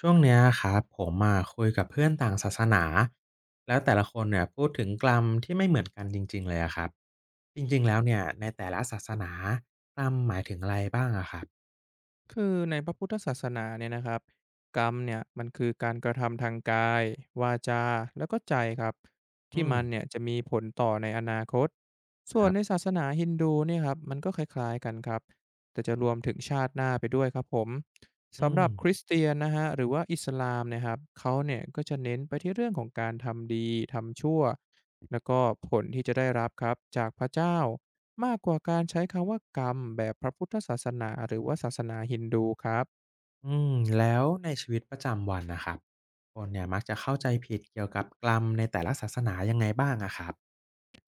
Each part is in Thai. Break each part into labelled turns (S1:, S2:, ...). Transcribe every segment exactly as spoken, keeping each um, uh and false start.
S1: ช่วงเนี้ยครับผมอคุยกับเพื่อนต่างศาสนาแล้วแต่ละคนเนี่ยพูดถึงกรรมที่ไม่เหมือนกันจริงๆเลยอะครับจริงๆแล้วเนี่ยในแต่ละศาสนากรรมหมายถึงอะไรบ้างอะครับ
S2: คือในพระพุทธศาสนาเนี่ยนะครับกรรมเนี่ยมันคือการกระทำทางกายวาจาแล้วก็ใจครับที่
S1: อืม
S2: มันเนี่ยจะมีผลต่อในอนาคตส่
S1: ค
S2: วน
S1: รั
S2: ใน
S1: บ
S2: ศาสนาฮินดูเนี่ยครับมันก็คล้ายๆกันครับแต่จะรวมถึงชาติหน้าไปด้วยครับผม
S1: อื
S2: สำห
S1: ม
S2: รับคริสเตียนนะฮะหรือว่าอิสลามเนะครับเขาเนี่ยก็จะเน้นไปที่เรื่องของการทำดีทำชั่วแล้วก็ผลที่จะได้รับครับจากพระเจ้า มากกว่าการใช้คำว่ากรรมแบบพระพุทธศาสนาหรือว่าศาสนาฮินดูครับ
S1: อืมแล้วในชีวิตประจำวันนะครับคนเนี่ยมักจะเข้าใจผิดเกี่ยวกับกรรมในแต่ละศาสนายังไงบ้างอะครับ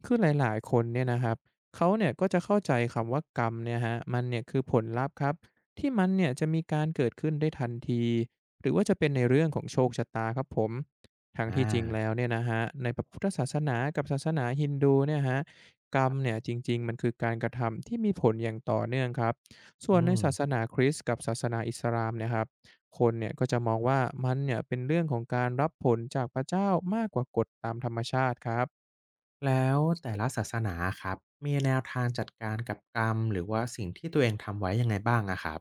S2: คือหลายๆคนเนี่ยนะครับเขาเนี่ยก็จะเข้าใจคำว่ากรรมเนี่ยคะมันเนี่ยคือผลลัพธ์ครับที่มันเนี่ยจะมีการเกิดขึ้นได้ทันทีหรือว่าจะเป็นในเรื่องของโชคชะตาครับผมทัง
S1: อ่
S2: ที่จริ
S1: า
S2: งแล้วเนี่ยนะฮะในพระพุทธศาสนากับศาสนาฮินดูเนี่ยฮะักรรมเนี่ยจริงๆมันคือการกระทำที่มีผลอย่างต่อเนื่องครับส่วน
S1: อื
S2: ใน
S1: ม
S2: ศาสนาคริสต์กับศาสนาอิสลามเนี่ยครับคนเนี่ยก็จะมองว่ามันเนี่ยเป็นเรื่องของการรับผลจากพระเจ้ามากกว่ากฎตามธรรมชาติครับ
S1: แล้วแต่ละศาสนาครับมีแนวทางจัดการกับกรรมหรือว่าสิ่งที่ตัวเองทำไว้ยังไงบ้างอะครับ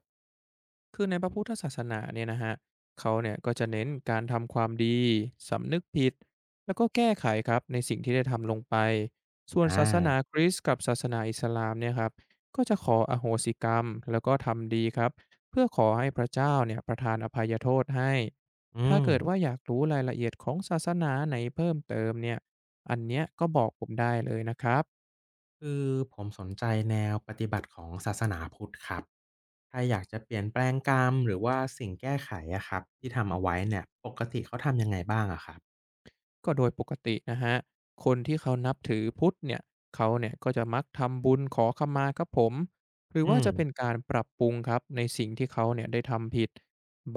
S2: คือในพระพุทธศาสนาเนี่ยนะฮะเขาเนี่ยก็จะเน้นการทำความดีสำนึกผิดแล้วก็แก้ไขครับในสิ่งที่ได้ทำลงไปส่วน
S1: อ่
S2: ศาสนา
S1: า
S2: คริสต์กับศาสนาอิสลามเนี่ยครับก็จะขออโหสิกรรมแล้วก็ทำดีครับเพื่อขอให้พระเจ้าเนี่ยประทานอภัยโทษให้
S1: อื
S2: ถ้า
S1: ม
S2: เกิดว่าอยากรู้รายละเอียดของศาสนาไหนเพิ่มเติมเนี่ยอันเนี้ยก็บอกผมได้เลยนะครับ
S1: คือผมสนใจแนวปฏิบัติของศาสนาพุทธครับถ้าอยากจะเปลี่ยนแปลงกรรมหรือว่าสิ่งแก้ไขอะครับที่ทำเอาไว้เนี่ยปกติเขาทำยังไงบ้างอะครับ
S2: ก็โดยปกตินะคะคนที่เขานับถือพุทธเนี่ยเขาเนี่ยก็จะมักทำบุญขอขมาครับผมหรือ
S1: อื
S2: ว่า
S1: ม
S2: จะเป็นการปรับปรุงครับในสิ่งที่เขาเนี่ยได้ทำผิด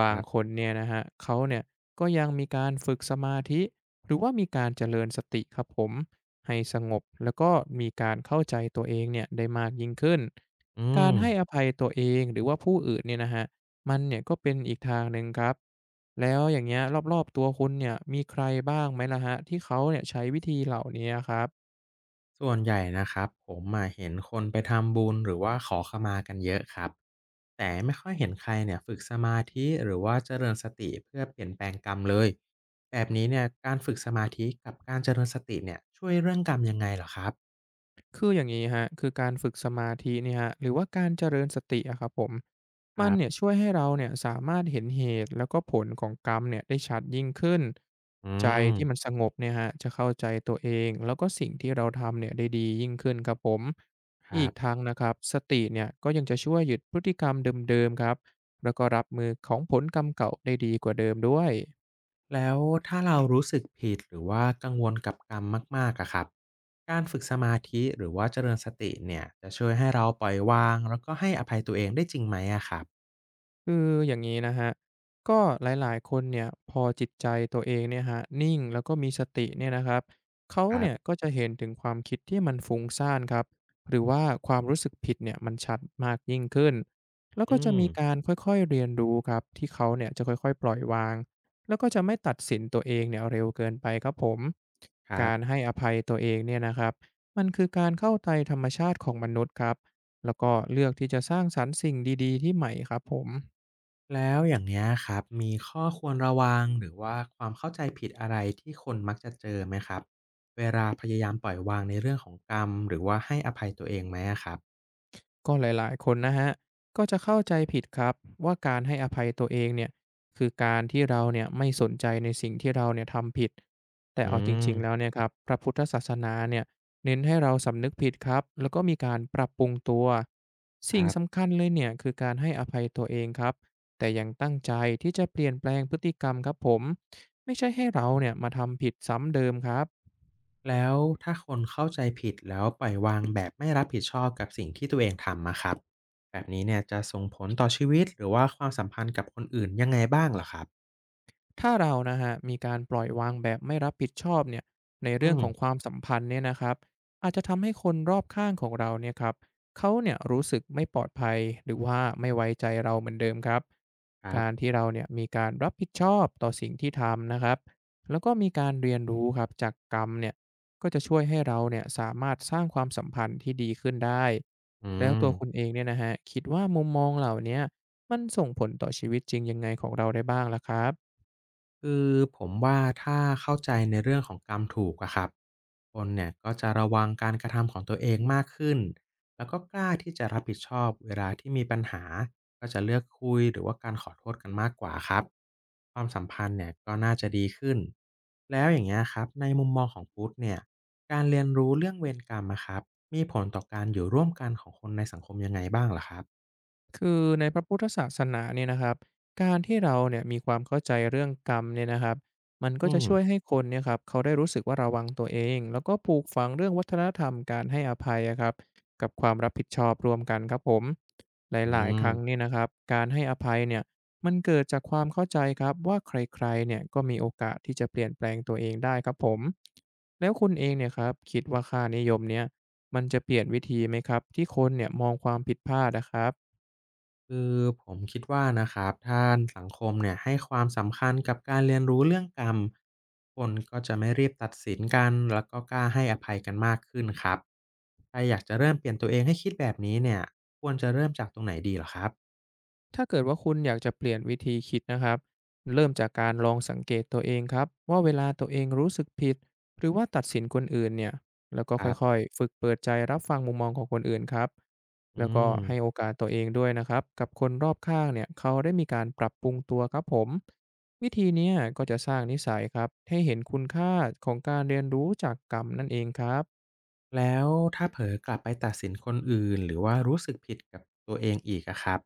S2: บาง
S1: ครั
S2: ค
S1: บ
S2: นเนี่ยนะฮะเขาเนี่ยก็ยังมีการฝึกสมาธิหรือว่ามีการเจริญสติครับผมให้สงบแล้วก็มีการเข้าใจตัวเองเนี่ยได้มากยิ่งขึ้น
S1: อื
S2: กา
S1: ม
S2: รให้อภัยตัวเองหรือว่าผู้อื่นเนี่ยนะฮะ มันเนี่ยก็เป็นอีกทางหนึ่งครับแล้วอย่างเงี้ยรอบๆตัวคุณเนี่ยมีใครบ้างไหมล่ะฮะที่เขาเนี่ยใช้วิธีเหล่านี้ครับ
S1: ส่วนใหญ่นะครับผมอะเห็นคนไปทำบุญหรือว่าขอขมากันเยอะครับแต่ไม่ค่อยเห็นใครเนี่ยฝึกสมาธิหรือว่าเจริญสติเพื่อเปลี่ยนแปลงกรรมเลยแบบนี้เนี่ยการฝึกสมาธิกับการเจริญสติเนี่ยช่วยเรื่องกรรมยังไงเหรอครับ
S2: คืออย่างนี้คะคือการฝึกสมาธิเนี่ยคหรือว่าการเจริญสติอะครับผม
S1: ค
S2: มัน
S1: รั
S2: เนี่ย
S1: บ
S2: ช่วยให้เราเนี่ยสามารถเห็นเหตุแล้วก็ผลของกรรมเนี่ยได้ชัดยิ่งขึ้น
S1: อื
S2: ใจ
S1: ม
S2: ที่มันสงบเนี่ยฮะจะเข้าใจตัวเองแล้วก็สิ่งที่เราทำเนี่ยได้ดียิ่งขึ้นครับผม
S1: ค
S2: อี
S1: รั
S2: กทา
S1: บ
S2: งนะครับสติเนี่ยก็ยังจะช่วยหยุดพฤติกรรมเดิมๆครับแล้วก็รับมือของผลกรรมเก่าได้ดีกว่าเดิมด้วย
S1: แล้วถ้าเรารู้สึกผิดหรือว่ากังวลกับกรรมมากๆอะครับการฝึกสมาธิหรือว่าเจริญสติเนี่ยจะช่วยให้เราปล่อยวางแล้วก็ให้อภัยตัวเองได้จริงไหมอะครับ
S2: คืออย่างนี้นะฮะ ก็หลายๆคนเนี่ยพอจิตใจตัวเองเนี่ยฮะนิ่งแล้วก็มีสติเนี่ยนะครับเขา
S1: ครั
S2: เนี่ย
S1: บ
S2: ก็จะเห็นถึงความคิดที่มันฟุ้งซ่านครับหรือว่าความรู้สึกผิดเนี่ยมันชัดมากยิ่งขึ้นแล้ว
S1: อื
S2: ก็จะ
S1: ม
S2: มีการค่อยๆเรียนรู้ครับที่เขาเนี่ยจะค่อยๆปล่อยวางแล้วก็จะไม่ตัดสินตัวเองเนี่ยเร็วเกินไปครับผม
S1: ครั
S2: การ
S1: บ
S2: ให้อภัยตัวเองเนี่ยนะครับมันคือการเข้าใจธรรมชาติของมนุษย์ครับแล้วก็เลือกที่จะสร้างสรรค์สิ่งดีๆที่ใหม่ครับผม
S1: แล้วอย่างเนี้ยครับมีข้อควรระวังหรือว่าความเข้าใจผิดอะไรที่คนมักจะเจอไหมครับเวลาพยายามปล่อยวางในเรื่องของกรรมหรือว่าให้อภัยตัวเองไหมอะครับ
S2: ก็หลายๆคนนะฮะก็จะเข้าใจผิดครับว่าการให้อภัยตัวเองเนี่ยคือการที่เราเนี่ยไม่สนใจในสิ่งที่เราเนี่ยทำผิดแต่
S1: อื
S2: เอาจ
S1: ม
S2: ริงๆแล้วเนี่ยครับพระพุทธศาสนาเนี่ยเน้นให้เราสำนึกผิดครับแล้วก็มีการปรับปรุงตัว
S1: ค
S2: สิ่ง
S1: รับ
S2: สำคัญเลยเนี่ยคือการให้อภัยตัวเองครับแต่ยังตั้งใจที่จะเปลี่ยนแปลงพฤติกรรมครับผมไม่ใช่ให้เราเนี่ยมาทำผิดซ้ำเดิมครับ
S1: แล้วถ้าคนเข้าใจผิดแล้วปล่อยวางแบบไม่รับผิดชอบกับสิ่งที่ตัวเองทำอะครับแบบนี้เนี่ยจะส่งผลต่อชีวิตหรือว่าความสัมพันธ์กับคนอื่นยังไงบ้างเหรอครับ
S2: ถ้าเรานะฮะมีการปล่อยวางแบบไม่รับผิดชอบเนี่ยใน
S1: อื
S2: เรื่อง
S1: ม
S2: ของความสัมพันธ์เนี่ยนะครับอาจจะทำให้คนรอบข้างของเราเนี่ยครับเขาเนี่ยรู้สึกไม่ปลอดภัยหรือว่าไม่ไว้ใจเราเหมือนเดิมครับ
S1: ครั
S2: การ
S1: บ
S2: ที่เราเนี่ยมีการรับผิดชอบต่อสิ่งที่ทำนะครับแล้วก็มีการเรียนรู้ครับจากกรรมเนี่ยก็จะช่วยให้เราเนี่ยสามารถสร้างความสัมพันธ์ที่ดีขึ้นได้
S1: อื
S2: แล้ว
S1: ม
S2: ตัวคุณเองเนี่ยนะฮะคิดว่ามุมมองเหล่าเนี้ยมันส่งผลต่อชีวิตจริงยังไงของเราได้บ้างล่ะครับ
S1: คือผมว่าถ้าเข้าใจในเรื่องของกรรมถูกอะครับคนเนี่ยก็จะระวังการกระทำของตัวเองมากขึ้นแล้วก็กล้าที่จะรับผิดชอบเวลาที่มีปัญหาก็จะเลือกคุยหรือว่าการขอโทษกันมากกว่าครับความสัมพันธ์เนี่ยก็น่าจะดีขึ้นแล้วอย่างเงี้ยครับในมุมมองของพุทธเนี่ยการเรียนรู้เรื่องเวรกรรมอะครับมีผลต่อการอยู่ร่วมกันของคนในสังคมยังไงบ้างล่ะครับ
S2: คือในพระพุทธศาสนาเนี่ยนะครับการที่เราเนี่ยมีความเข้าใจเรื่องกรรมเนี่ยนะครับมันก็
S1: อื
S2: จะ
S1: ม
S2: ช่วยให้คนเนี่ยครับเขาได้รู้สึกว่าระวังตัวเองแล้วก็ปลูกฝังเรื่องวัฒนธรรมการให้อภัยอะครับกับความรับผิดชอบรวมกันครับผมห
S1: อื
S2: ลายๆค
S1: ม
S2: รั้งเนี่ยนะครับการให้อภัยเนี่ยมันเกิดจากความเข้าใจครับว่าใครๆเนี่ยก็มีโอกาสที่จะเปลี่ยนแปลงตัวเองได้ครับผมแล้วคุณเองเนี่ยครับคิดว่าค่านิยมเนี่ยมันจะเปลี่ยนวิธีไหมครับที่คนเนี่ยมองความผิดพลาดนะครับ
S1: คือผมคิดว่านะครับถ้าสังคมเนี่ยให้ความสำคัญกับการเรียนรู้เรื่องกรรมคนก็จะไม่รีบตัดสินกันแล้วก็กล้าให้อภัยกันมากขึ้นครับถ้าอยากจะเริ่มเปลี่ยนตัวเองให้คิดแบบนี้เนี่ยควรจะเริ่มจากตรงไหนดีเหรอครับ
S2: ถ้าเกิดว่าคุณอยากจะเปลี่ยนวิธีคิดนะครับเริ่มจากการลองสังเกตตัวเองครับว่าเวลาตัวเองรู้สึกผิดหรือว่าตัดสินคนอื่นเนี่ยแล้วก็
S1: ค
S2: ค่
S1: รั
S2: อย
S1: บ
S2: ๆฝึกเปิดใจรับฟังมุมมองของคนอื่นครับ
S1: อื
S2: แล้วก็ให้โอ
S1: ม
S2: กาสตัวเองด้วยนะครับกับคนรอบข้างเนี่ยเขาได้มีการปรับปรุงตัวครับผมวิธีเนี้ยก็จะสร้างนิสัยครับให้เห็นคุณค่าของการเรียนรู้จากกรรมนั่นเองครับ
S1: แล้วถ้าเผลอกลับไปตัดสินคนอื่นหรือว่ารู้สึกผิดกับตัวเองอีกอะครับ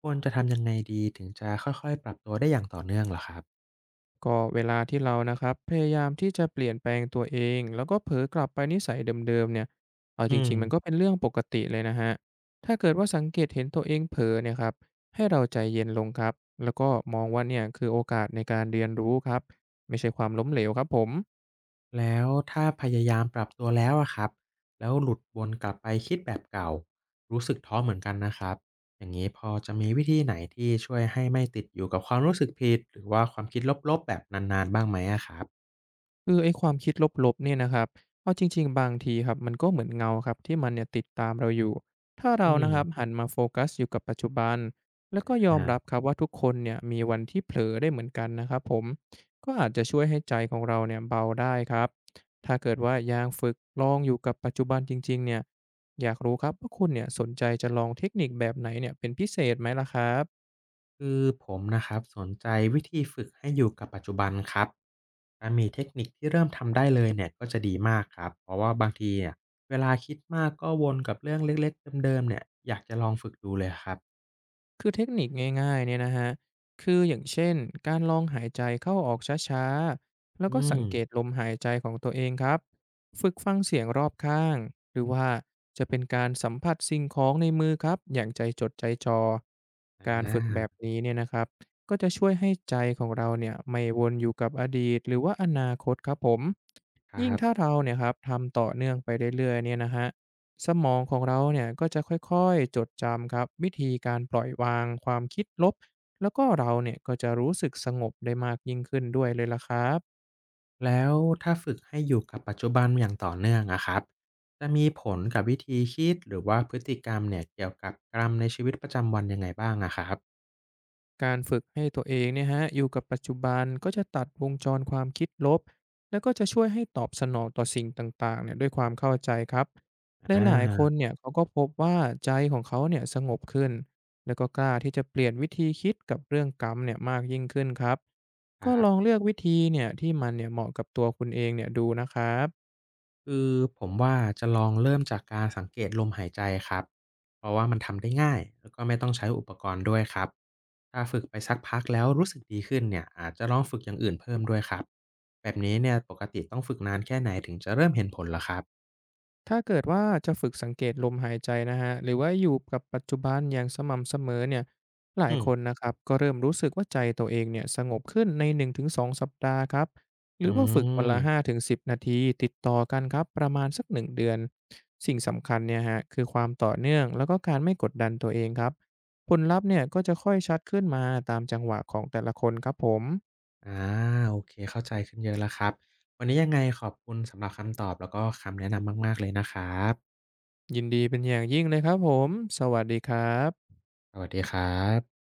S1: ควรจะทำยังไงดีถึงจะค่อยๆปรับตัวได้อย่างต่อเนื่องเหรอครับ
S2: ก็เวลาที่เรานะครับพยายามที่จะเปลี่ยนแปลงตัวเองแล้วก็เผลอกลับไปนิสัยเดิมๆเนี่ยเอา
S1: อื
S2: จ
S1: ม
S2: ริงๆมันก็เป็นเรื่องปกติเลยนะฮะ ถ้าเกิดว่าสังเกตเห็นตัวเองเผลอเนี่ยครับให้เราใจเย็นลงครับแล้วก็มองว่าเนี่ยคือโอกาสในการเรียนรู้ครับไม่ใช่ความล้มเหลวครับผม
S1: แล้วถ้าพยายามปรับตัวแล้วอะครับแล้วหลุดวนกลับไปคิดแบบเก่ารู้สึกท้อเหมือนกันนะครับอย่างนี้พอจะมีวิธีไหนที่ช่วยให้ไม่ติดอยู่กับความรู้สึกผิดหรือว่าความคิดลบๆแบบนานๆบ้างไหมอะครับ
S2: คือไอ้ความคิดลบๆเนี่ยนะครับเอาจริงๆบางทีครับมันก็เหมือนเงาครับที่มันเนี่ยติดตามเราอยู่ถ้า
S1: อื
S2: เรานะ
S1: ม
S2: ครับหันมาโฟกัสอยู่กับปัจจุบันแล้วก็ยอม
S1: อา
S2: รับครับว่าทุกคนเนี่ยมีวันที่เผลอได้เหมือนกันนะครับผมก็อาจจะช่วยให้ใจของเราเนี่ยเบาได้ครับถ้าเกิดว่ายังฝึกลองอยู่กับปัจจุบันจริงๆเนี่ยอยากรู้ครับว่าคุณเนี่ยสนใจจะลองเทคนิคแบบไหนเนี่ยเป็นพิเศษไหมล่ะครับ
S1: คือผมนะครับสนใจวิธีฝึกให้อยู่กับปัจจุบันครับถ้ามีเทคนิคที่เริ่มทำได้เลยเนี่ยก็จะดีมากครับเพราะว่าบางทีเนี่ยเวลาคิดมากก็วนกับเรื่องเล็กๆเดิมๆเนี่ยอยากจะลองฝึกดูเลยครับ
S2: คือเทคนิคง่ายๆเนี่ยนะฮะคืออย่างเช่นการลองหายใจเข้าออกช้าๆแล้วก็
S1: อื
S2: สั
S1: ม
S2: งเกตลมหายใจของตัวเองครับฝึกฟังเสียงรอบข้างหรือว่าจะเป็นการสัมผัสสิ่งของในมือครับอย่างใจจดใจจอ
S1: อ
S2: การฝึกแบบ
S1: า
S2: นี้เนี่ยนะครับก็จะช่วยให้ใจของเราเนี่ยไม่วนอยู่กับอดีตหรือว่าอนาคตครับผม
S1: ค
S2: ยิ่ง
S1: รั
S2: ถ้า
S1: บ
S2: เราเนี่ยครับทำต่อเนื่องไปเรื่อยๆเนี่ยนะฮะ สมองของเราเนี่ยก็จะค่อยๆจดจำครับวิธีการปล่อยวางความคิดลบแล้วก็เราเนี่ยก็จะรู้สึกสงบได้มากยิ่งขึ้นด้วยเลยล่ะครับ
S1: แล้วถ้าฝึกให้อยู่กับปัจจุบันอย่างต่อเนื่องอะครับจะมีผลกับวิธีคิดหรือว่าพฤติกรรมเนี่ยเกี่ยวกับกรรมในชีวิตประจำวันยังไงบ้างอะครับ
S2: การฝึกให้ตัวเองเนี่ยฮะอยู่กับปัจจุบันก็จะตัดวงจรความคิดลบแล้วก็จะช่วยให้ตอบสนองต่อสิ่งต่างๆเนี่ยด้วยความเข้าใจครับ
S1: อ
S2: หลายๆคน
S1: า
S2: เนี่ยเขาก็พบว่าใจของเขาเนี่ยสงบขึ้นแล้วก็กล้าที่จะเปลี่ยนวิธีคิดกับเรื่องกรรมเนี่ยมากยิ่งขึ้นครับ
S1: ค
S2: ก็
S1: รั
S2: ลอง
S1: บ
S2: เลือกวิธีเนี่ยที่มันเนี่ยเหมาะกับตัวคุณเองเนี่ยดูนะครับ
S1: คือผมว่าจะลองเริ่มจากการสังเกตลมหายใจครับเพราะว่ามันทำได้ง่ายแล้วก็ไม่ต้องใช้อุปกรณ์ด้วยครับถ้าฝึกไปสักพักแล้วรู้สึกดีขึ้นเนี่ยอาจจะลองฝึกอย่างอื่นเพิ่มด้วยครับแบบนี้เนี่ยปกติต้องฝึกนานแค่ไหนถึงจะเริ่มเห็นผลเหรอครับ
S2: ถ้าเกิดว่าจะฝึกสังเกตลมหายใจนะฮะ หรือว่าอยู่กับปัจจุบันอย่างสม่ำเสมอเนี่ยหลา
S1: อื
S2: ย
S1: ม
S2: คนนะครับก็เริ่มรู้สึกว่าใจตัวเองเนี่ยสงบขึ้นในหนึ่งถึงสองสองสัปดาห์ครับ ห
S1: อื
S2: รือว่าฝึกวัน
S1: ม
S2: ละห้าถึงสิบนาทีติดต่อกันครับประมาณสักหนึ่งเดือน สิ่งสำคัญเนี่ยคะคือความต่อเนื่องแล้วก็การไม่กดดันตัวเองครับ ผลลัพธ์เนี่ยก็จะค่อยชัดขึ้นมาตามจังหวะของแต่ละคนครับผม
S1: อาโอเคเข้าใจขึ้นเยอะแล้วครับวันนี้ยังไงขอบคุณสำหรับคำตอบแล้วก็คำแนะนำมากๆเลยนะครับ
S2: ยินดีเป็นอย่างยิ่งเลยครับผมสวัสดีครับ
S1: สวัสดีครับ